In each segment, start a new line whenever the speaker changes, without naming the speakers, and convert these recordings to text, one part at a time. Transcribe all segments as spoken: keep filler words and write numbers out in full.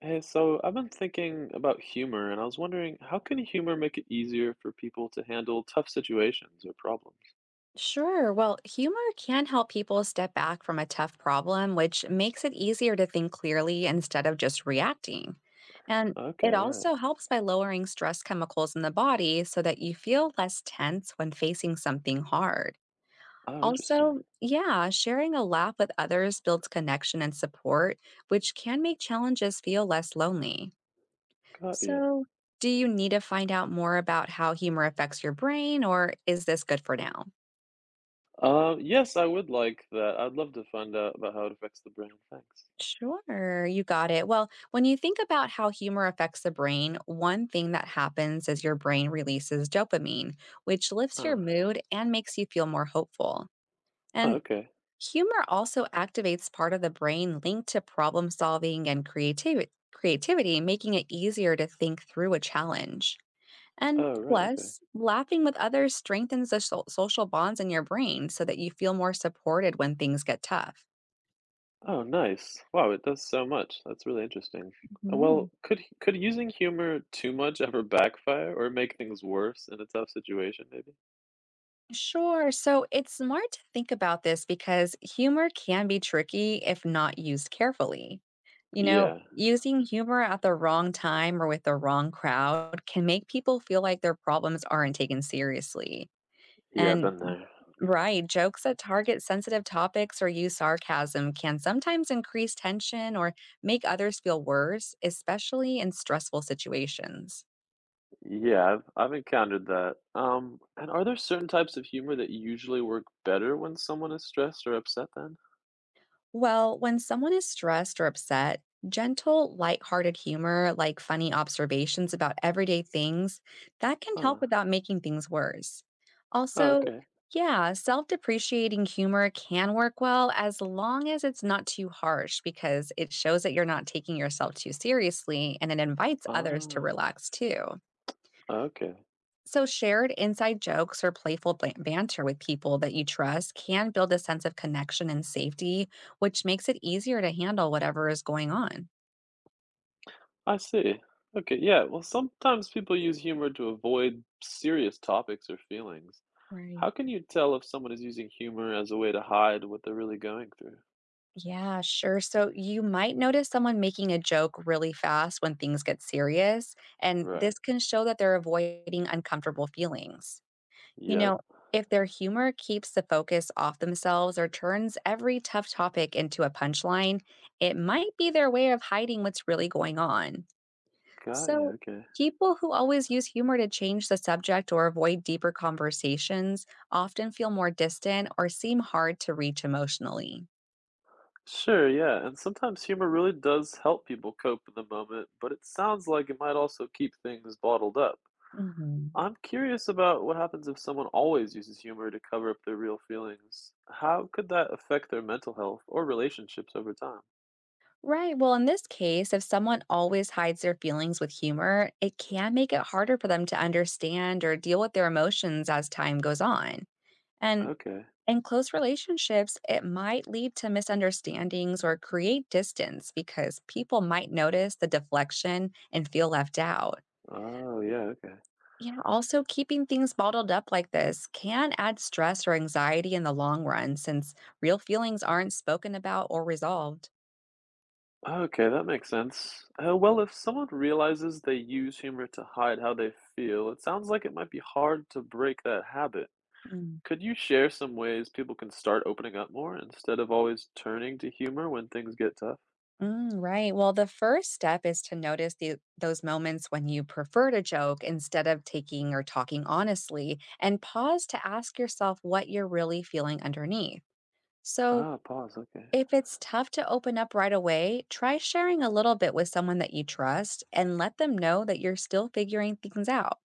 Hey, so I've been thinking about humor, and I was wondering how can humor make it easier for people to handle tough situations or problems?
Sure. Well, humor can help people step back from a tough problem, which makes it easier to think clearly instead of just reacting. And it
Okay, right.
also helps by lowering stress chemicals in the body so that you feel less tense when facing something hard.
Oh, interesting.
Also, yeah, sharing a laugh with others builds connection and support, which can make challenges feel less lonely.
Got you.
So, do you need to find out more about how humor affects your brain, or is this good for now?
Um, yes, I would like that. I'd love to find out about how it affects the brain. Thanks.
Sure, you got it. Well, when you think about how humor affects the brain, one thing that happens is your brain releases dopamine, which lifts your
Ah,
mood and makes you feel more hopeful.
oh,
And
okay.
humor also activates part of the brain linked to problem solving and creativity, creativity, making it easier to think through a challenge. And
Oh, right, okay.
plus, laughing with others strengthens the so- social bonds in your brain so that you feel more supported when things get tough.
Oh, nice. Wow, it does so much. That's really interesting. Uh,
Mhm.
Well, could h- could using humor too much ever backfire or make things worse in a tough situation, maybe?
Sure. So it's smart to think about this because humor can be tricky if not used carefully. You know,
Yeah,
using humor at the wrong time or with the wrong crowd can make people feel like their problems aren't taken seriously.
yeah,
And
been there.
right, jokes that target sensitive topics or use sarcasm can sometimes increase tension or make others feel worse, especially in stressful situations.
Yeah, I've I've encountered that. Um, and are there certain types of humor that usually work better when someone is stressed or upset then?
Well, when someone is stressed or upset, gentle, lighthearted humor, like funny observations about everyday things, that can help
Huh.
without making things worse.
Oh,
Also,
okay.
yeah, self depreciating humor can work well as long as it's not too harsh because it shows that you're not taking yourself too seriously and it invites others to
Ah,
relax too.
okay.
So, shared inside jokes or playful ban- banter with people that you trust can build a sense of connection and safety, which makes it easier to handle whatever is going on.
I see. Okay, yeah. Well, sometimes people use humor to avoid serious topics or feelings.
Right.
How can you tell if someone is using humor as a way to hide what they're really going through?
Yeah, sure. So, you might notice someone making a joke really fast when things get serious, and
Right.
this can show that they're avoiding uncomfortable feelings. You know,
Yep.
if their humor keeps the focus off themselves or turns every tough topic into a punchline, it might be their way of hiding what's really going on.
Got you.
So,
Okay.
people who always use humor to change the subject or avoid deeper conversations often feel more distant or seem hard to reach emotionally.
Sure, yeah, and sometimes humor really does help people cope in the moment, but it sounds like it might also keep things bottled up.
Hmm.
I'm curious about what happens if someone always uses humor to cover up their real feelings. How could that affect their mental health or relationships over time?
Right. Well, in this case, if someone always hides their feelings with humor, it can make it harder for them to understand or deal with their emotions as time goes on. And
Okay.
in close relationships, it might lead to misunderstandings or create distance because people might notice the deflection and feel left out.
Oh, yeah, okay.
Yeah, also keeping things bottled up like this can add stress or anxiety in the long run since real feelings aren't spoken about or resolved.
Okay, that makes sense. Uh, well, if someone realizes they use humor to hide how they feel, it sounds like it might be hard to break that habit.
Mm.
Could you share some ways people can start opening up more instead of always turning to humor when things get tough?
Mm, right. Well, the first step is to notice the, those moments when you prefer to joke instead of taking or talking honestly, and pause to ask yourself what you're really feeling underneath. So,
Ah, pause. Okay.
if it's tough to open up right away, try sharing a little bit with someone that you trust and let them know that you're still figuring things out.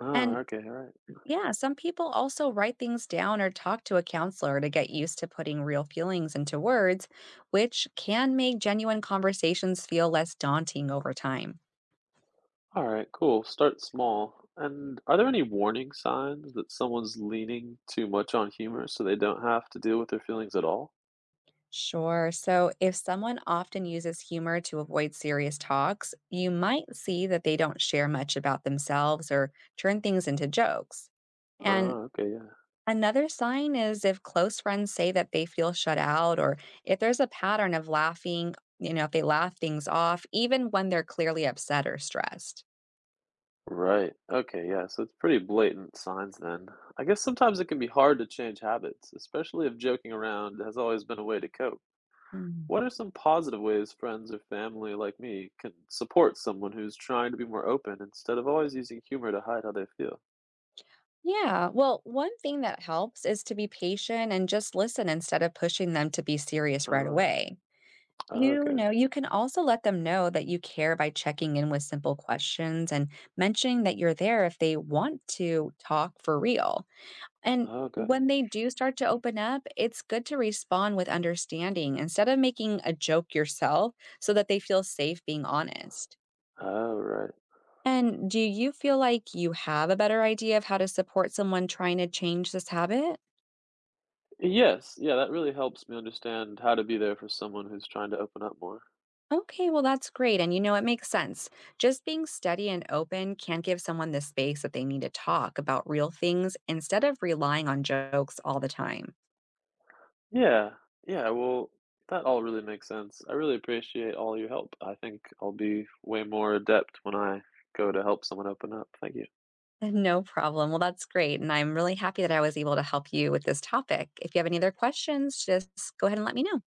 Ah,
And
okay. All right.
yeah, some people also write things down or talk to a counselor to get used to putting real feelings into words, which can make genuine conversations feel less daunting over time.
All right. Cool. Start small. And are there any warning signs that someone's leaning too much on humor so they don't have to deal with their feelings at all?
Sure. So, if someone often uses humor to avoid serious talks, you might see that they don't share much about themselves or turn things into jokes. And
Ah, okay. Yeah.
another sign is if close friends say that they feel shut out, or if there's a pattern of laughing, you know, if they laugh things off, even when they're clearly upset or stressed.
Right. Okay. Yeah. So it's pretty blatant signs then. I guess sometimes it can be hard to change habits, especially if joking around has always been a way to cope.
Mm.
What are some positive ways friends or family like me can support someone who's trying to be more open instead of always using humor to hide how they feel?
Yeah, well, one thing that helps is to be patient and just listen instead of pushing them to be serious right
Ah,
away. You
okay.
know, you can also let them know that you care by checking in with simple questions and mentioning that you're there if they want to talk for real. And
Oh, got you.
when they do start to open up, it's good to respond with understanding instead of making a joke yourself so that they feel safe being honest.
All right.
And do you feel like you have a better idea of how to support someone trying to change this habit?
Yes, yeah, that really helps me understand how to be there for someone who's trying to open up more.
Okay, well, that's great. And you know, it makes sense. Just being steady and open can give someone the space that they need to talk about real things instead of relying on jokes all the time.
Yeah, yeah, well, that all really makes sense. I really appreciate all your help. I think I'll be way more adept when I go to help someone open up. Thank you.
No problem. Well, that's great. And I'm really happy that I was able to help you with this topic. If you have any other questions, just go ahead and let me know.